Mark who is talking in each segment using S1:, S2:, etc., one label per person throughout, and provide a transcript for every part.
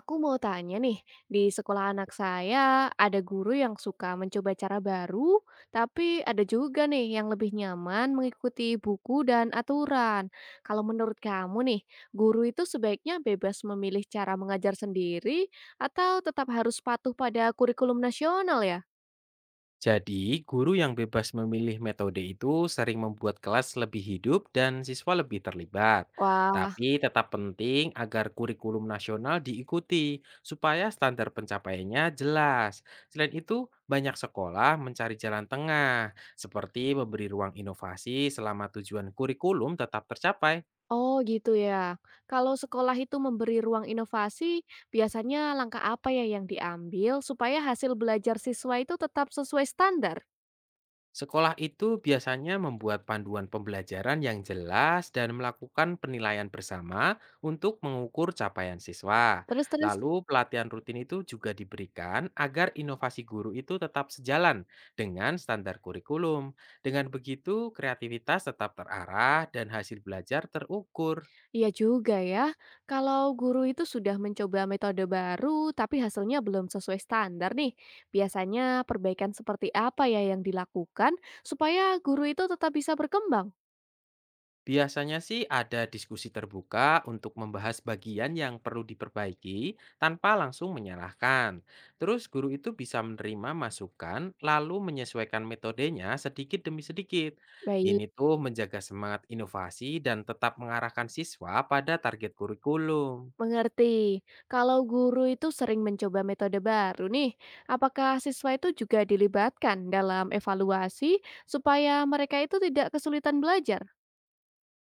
S1: Aku mau tanya nih, di sekolah anak saya ada guru yang suka mencoba cara baru, tapi ada juga nih yang lebih nyaman mengikuti buku dan aturan. Kalau menurut kamu nih, guru itu sebaiknya bebas memilih cara mengajar sendiri atau tetap harus patuh pada kurikulum nasional ya?
S2: Jadi, guru yang bebas memilih metode itu sering membuat kelas lebih hidup dan siswa lebih terlibat.
S1: Wah,
S2: Tapi tetap penting agar kurikulum nasional diikuti supaya standar pencapaiannya jelas. Selain itu, banyak sekolah mencari jalan tengah, seperti memberi ruang inovasi selama tujuan kurikulum tetap tercapai.
S1: oh gitu ya. Kalau sekolah itu memberi ruang inovasi, biasanya langkah apa ya yang diambil supaya hasil belajar siswa itu tetap sesuai standar?
S2: Sekolah itu biasanya membuat panduan pembelajaran yang jelas dan melakukan penilaian bersama untuk mengukur capaian siswa.
S1: Terus terus?
S2: Lalu pelatihan rutin itu juga diberikan agar inovasi guru itu tetap sejalan dengan standar kurikulum. Dengan begitu kreativitas tetap terarah dan hasil belajar terukur.
S1: Iya juga ya, kalau guru itu sudah mencoba metode baru tapi hasilnya belum sesuai standar nih, biasanya perbaikan seperti apa ya yang dilakukan supaya guru itu tetap bisa berkembang?
S2: Biasanya sih ada diskusi terbuka untuk membahas bagian yang perlu diperbaiki tanpa langsung menyalahkan. Terus guru itu bisa menerima masukan lalu menyesuaikan metodenya sedikit demi sedikit.
S1: Baik,
S2: Ini tuh menjaga semangat inovasi dan tetap mengarahkan siswa pada target kurikulum.
S1: mengerti. Kalau guru itu sering mencoba metode baru nih, apakah siswa itu juga dilibatkan dalam evaluasi supaya mereka itu tidak kesulitan belajar?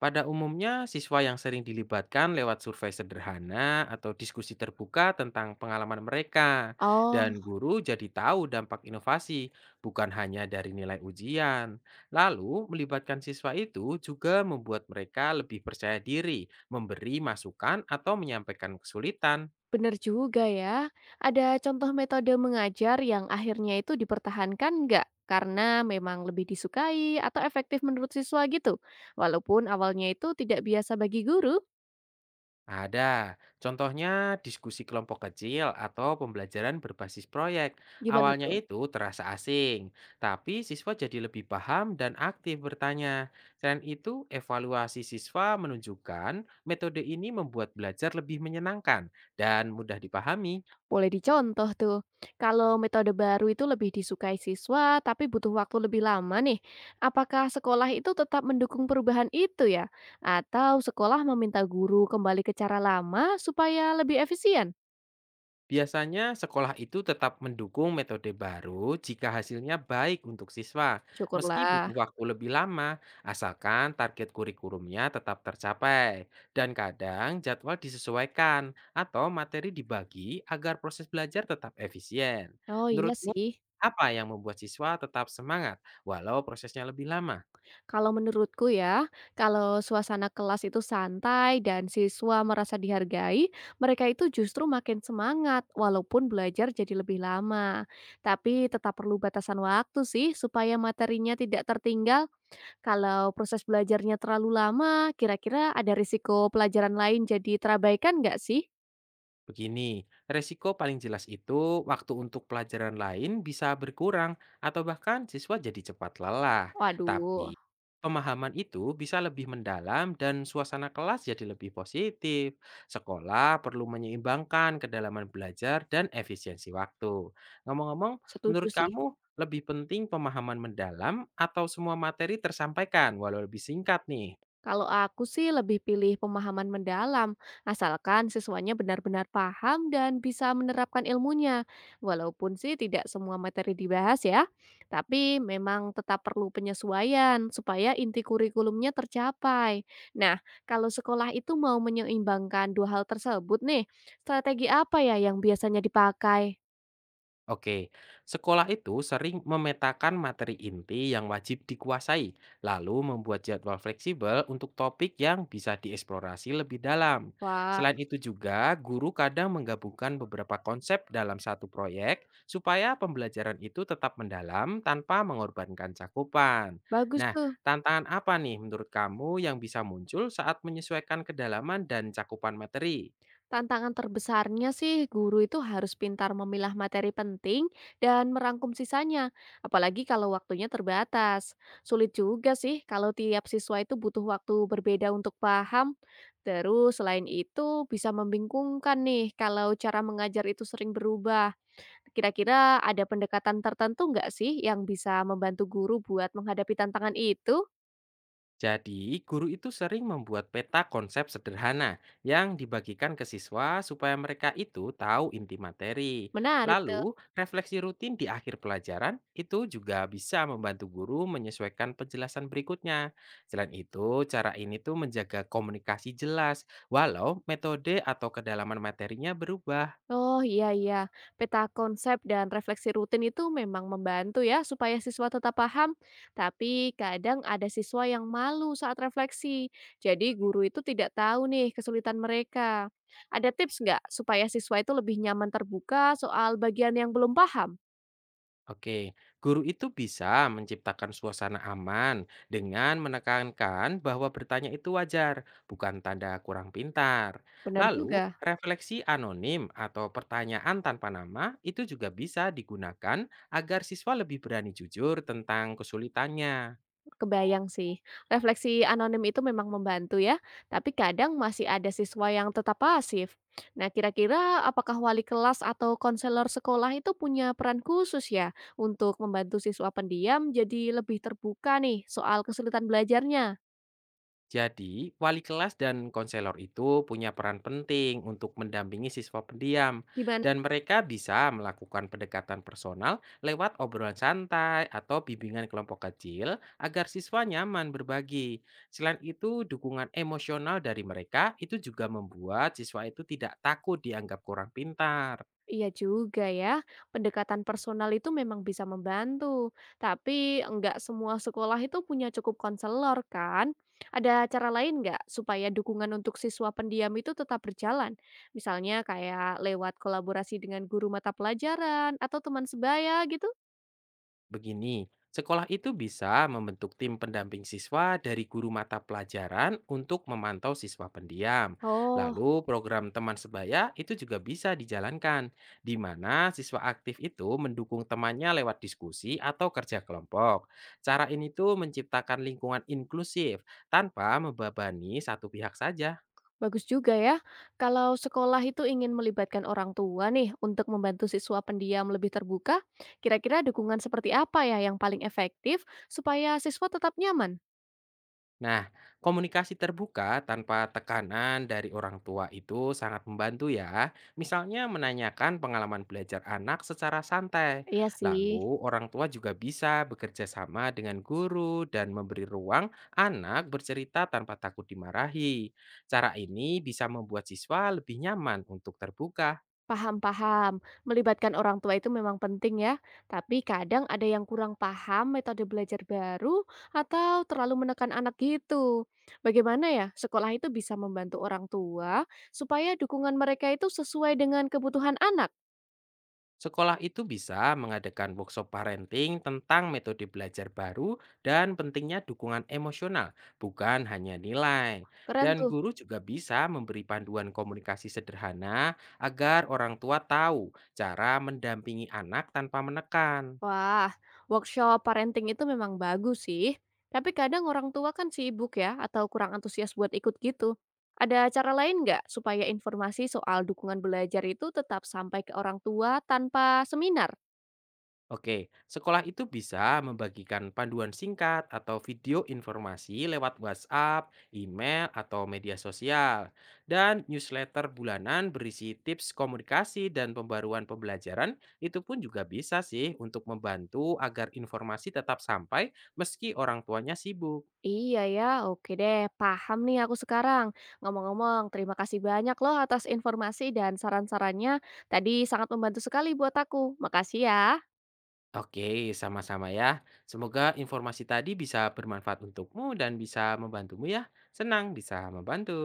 S2: Pada umumnya, siswa yang sering dilibatkan lewat survei sederhana atau diskusi terbuka tentang pengalaman mereka,
S1: Oh,
S2: dan guru jadi tahu dampak inovasi, bukan hanya dari nilai ujian. Lalu, melibatkan siswa itu juga membuat mereka lebih percaya diri, memberi masukan, atau menyampaikan kesulitan.
S1: bener juga ya. Ada contoh metode mengajar yang akhirnya itu dipertahankan nggak? Karena memang lebih disukai atau efektif menurut siswa gitu. Walaupun awalnya itu tidak biasa bagi guru,
S2: Ada, contohnya diskusi kelompok kecil atau pembelajaran berbasis proyek.
S1: gimana
S2: Awalnya
S1: tuh?
S2: itu terasa asing, tapi siswa jadi lebih paham dan aktif bertanya. Selain itu, evaluasi siswa menunjukkan metode ini membuat belajar lebih menyenangkan dan mudah dipahami.
S1: Boleh dicontoh tuh. Kalau metode baru itu lebih disukai siswa tapi butuh waktu lebih lama nih, apakah sekolah itu tetap mendukung perubahan itu ya? Atau sekolah meminta guru kembali ke cara lama supaya lebih efisien?
S2: Biasanya sekolah itu tetap mendukung metode baru jika hasilnya baik untuk siswa, meski
S1: Syukurlah.
S2: butuh waktu lebih lama, asalkan target kurikulumnya tetap tercapai. Dan kadang jadwal disesuaikan atau materi dibagi agar proses belajar tetap efisien.
S1: Oh iya
S2: Menurutmu,
S1: sih.
S2: apa yang membuat siswa tetap semangat walau prosesnya lebih lama?
S1: Kalau menurutku ya, kalau suasana kelas itu santai dan siswa merasa dihargai, mereka itu justru makin semangat walaupun belajar jadi lebih lama. Tapi tetap perlu batasan waktu sih supaya materinya tidak tertinggal. Kalau proses belajarnya terlalu lama, kira-kira ada risiko pelajaran lain jadi terabaikan nggak sih?
S2: Begini, resiko paling jelas itu waktu untuk pelajaran lain bisa berkurang atau bahkan siswa jadi cepat lelah.
S1: Waduh,
S2: Tapi pemahaman itu bisa lebih mendalam dan suasana kelas jadi lebih positif. Sekolah perlu menyeimbangkan kedalaman belajar dan efisiensi waktu. Ngomong-ngomong,
S1: setuju
S2: menurut
S1: sih.
S2: kamu lebih penting pemahaman mendalam atau semua materi tersampaikan walau lebih singkat nih?
S1: Kalau aku sih lebih pilih pemahaman mendalam, asalkan siswanya benar-benar paham dan bisa menerapkan ilmunya. Walaupun sih tidak semua materi dibahas ya, tapi memang tetap perlu penyesuaian supaya inti kurikulumnya tercapai. Nah, kalau sekolah itu mau menyeimbangkan dua hal tersebut nih, strategi apa ya yang biasanya dipakai?
S2: Oke, sekolah itu sering memetakan materi inti yang wajib dikuasai, lalu membuat jadwal fleksibel untuk topik yang bisa dieksplorasi lebih dalam.
S1: Wah,
S2: Selain itu juga, guru kadang menggabungkan beberapa konsep dalam satu proyek supaya pembelajaran itu tetap mendalam tanpa mengorbankan cakupan.
S1: bagus
S2: Nah,
S1: tuh.
S2: tantangan apa nih menurut kamu yang bisa muncul saat menyesuaikan kedalaman dan cakupan materi?
S1: Tantangan terbesarnya sih guru itu harus pintar memilah materi penting dan merangkum sisanya, apalagi kalau waktunya terbatas. Sulit juga sih kalau tiap siswa itu butuh waktu berbeda untuk paham. Terus selain itu bisa membingungkan nih kalau cara mengajar itu sering berubah. Kira-kira ada pendekatan tertentu nggak sih yang bisa membantu guru buat menghadapi tantangan itu?
S2: Jadi, guru itu sering membuat peta konsep sederhana yang dibagikan ke siswa supaya mereka itu tahu inti materi.
S1: Menarik tuh.
S2: Lalu, refleksi rutin di akhir pelajaran itu juga bisa membantu guru menyesuaikan penjelasan berikutnya. Selain itu, cara ini tuh menjaga komunikasi jelas, walau metode atau kedalaman materinya berubah.
S1: Oh, iya iya. Peta konsep dan refleksi rutin itu memang membantu ya supaya siswa tetap paham. Tapi kadang ada siswa yang malu saat refleksi. Jadi guru itu tidak tahu nih kesulitan mereka. Ada tips nggak supaya siswa itu lebih nyaman terbuka soal bagian yang belum paham?
S2: Oke, guru itu bisa menciptakan suasana aman dengan menekankan bahwa bertanya itu wajar, bukan tanda kurang pintar.
S1: Benar
S2: Lalu,
S1: juga.
S2: refleksi anonim atau pertanyaan tanpa nama itu juga bisa digunakan agar siswa lebih berani jujur tentang kesulitannya.
S1: Kebayang sih, refleksi anonim itu memang membantu ya, tapi kadang masih ada siswa yang tetap pasif. Nah, kira-kira apakah wali kelas atau konselor sekolah itu punya peran khusus ya untuk membantu siswa pendiam jadi lebih terbuka nih soal kesulitan belajarnya?
S2: Jadi, wali kelas dan konselor itu punya peran penting untuk mendampingi siswa pendiam,
S1: Gimana?
S2: dan mereka bisa melakukan pendekatan personal lewat obrolan santai atau bimbingan kelompok kecil agar siswa nyaman berbagi. Selain itu, dukungan emosional dari mereka itu juga membuat siswa itu tidak takut dianggap kurang pintar.
S1: Iya juga ya, pendekatan personal itu memang bisa membantu, tapi enggak semua sekolah itu punya cukup konselor kan? Ada cara lain nggak supaya dukungan untuk siswa pendiam itu tetap berjalan? Misalnya kayak lewat kolaborasi dengan guru mata pelajaran atau teman sebaya gitu?
S2: Begini, sekolah itu bisa membentuk tim pendamping siswa dari guru mata pelajaran untuk memantau siswa pendiam.
S1: Oh,
S2: Lalu program teman sebaya itu juga bisa dijalankan, di mana siswa aktif itu mendukung temannya lewat diskusi atau kerja kelompok. Cara ini tuh menciptakan lingkungan inklusif tanpa membebani satu pihak saja.
S1: bagus juga ya. Kalau sekolah itu ingin melibatkan orang tua nih untuk membantu siswa pendiam lebih terbuka, kira-kira dukungan seperti apa ya yang paling efektif supaya siswa tetap nyaman?
S2: Nah, komunikasi terbuka tanpa tekanan dari orang tua itu sangat membantu ya. Misalnya menanyakan pengalaman belajar anak secara santai.
S1: Iya sih,
S2: Lalu orang tua juga bisa bekerja sama dengan guru dan memberi ruang anak bercerita tanpa takut dimarahi. Cara ini bisa membuat siswa lebih nyaman untuk terbuka.
S1: paham paham. Melibatkan orang tua itu memang penting ya, tapi kadang ada yang kurang paham metode belajar baru atau terlalu menekan anak gitu. Bagaimana ya sekolah itu bisa membantu orang tua supaya dukungan mereka itu sesuai dengan kebutuhan anak?
S2: Sekolah itu bisa mengadakan workshop parenting tentang metode belajar baru dan pentingnya dukungan emosional, bukan hanya nilai.
S1: Keren
S2: Dan
S1: tuh.
S2: guru juga bisa memberi panduan komunikasi sederhana agar orang tua tahu cara mendampingi anak tanpa menekan.
S1: Wah, workshop parenting itu memang bagus sih. Tapi kadang orang tua kan sibuk ya, atau kurang antusias buat ikut gitu. Ada cara lain nggak supaya informasi soal dukungan belajar itu tetap sampai ke orang tua tanpa seminar?
S2: Oke, sekolah itu bisa membagikan panduan singkat atau video informasi lewat WhatsApp, email, atau media sosial. Dan newsletter bulanan berisi tips komunikasi dan pembaruan pembelajaran itu pun juga bisa sih untuk membantu agar informasi tetap sampai meski orang tuanya sibuk.
S1: Iya ya, oke deh, paham nih aku sekarang. Ngomong-ngomong, terima kasih banyak loh atas informasi dan saran-sarannya. Tadi sangat membantu sekali buat aku. Makasih ya.
S2: Oke, sama-sama ya. Semoga informasi tadi bisa bermanfaat untukmu dan bisa membantumu ya. Senang bisa membantu.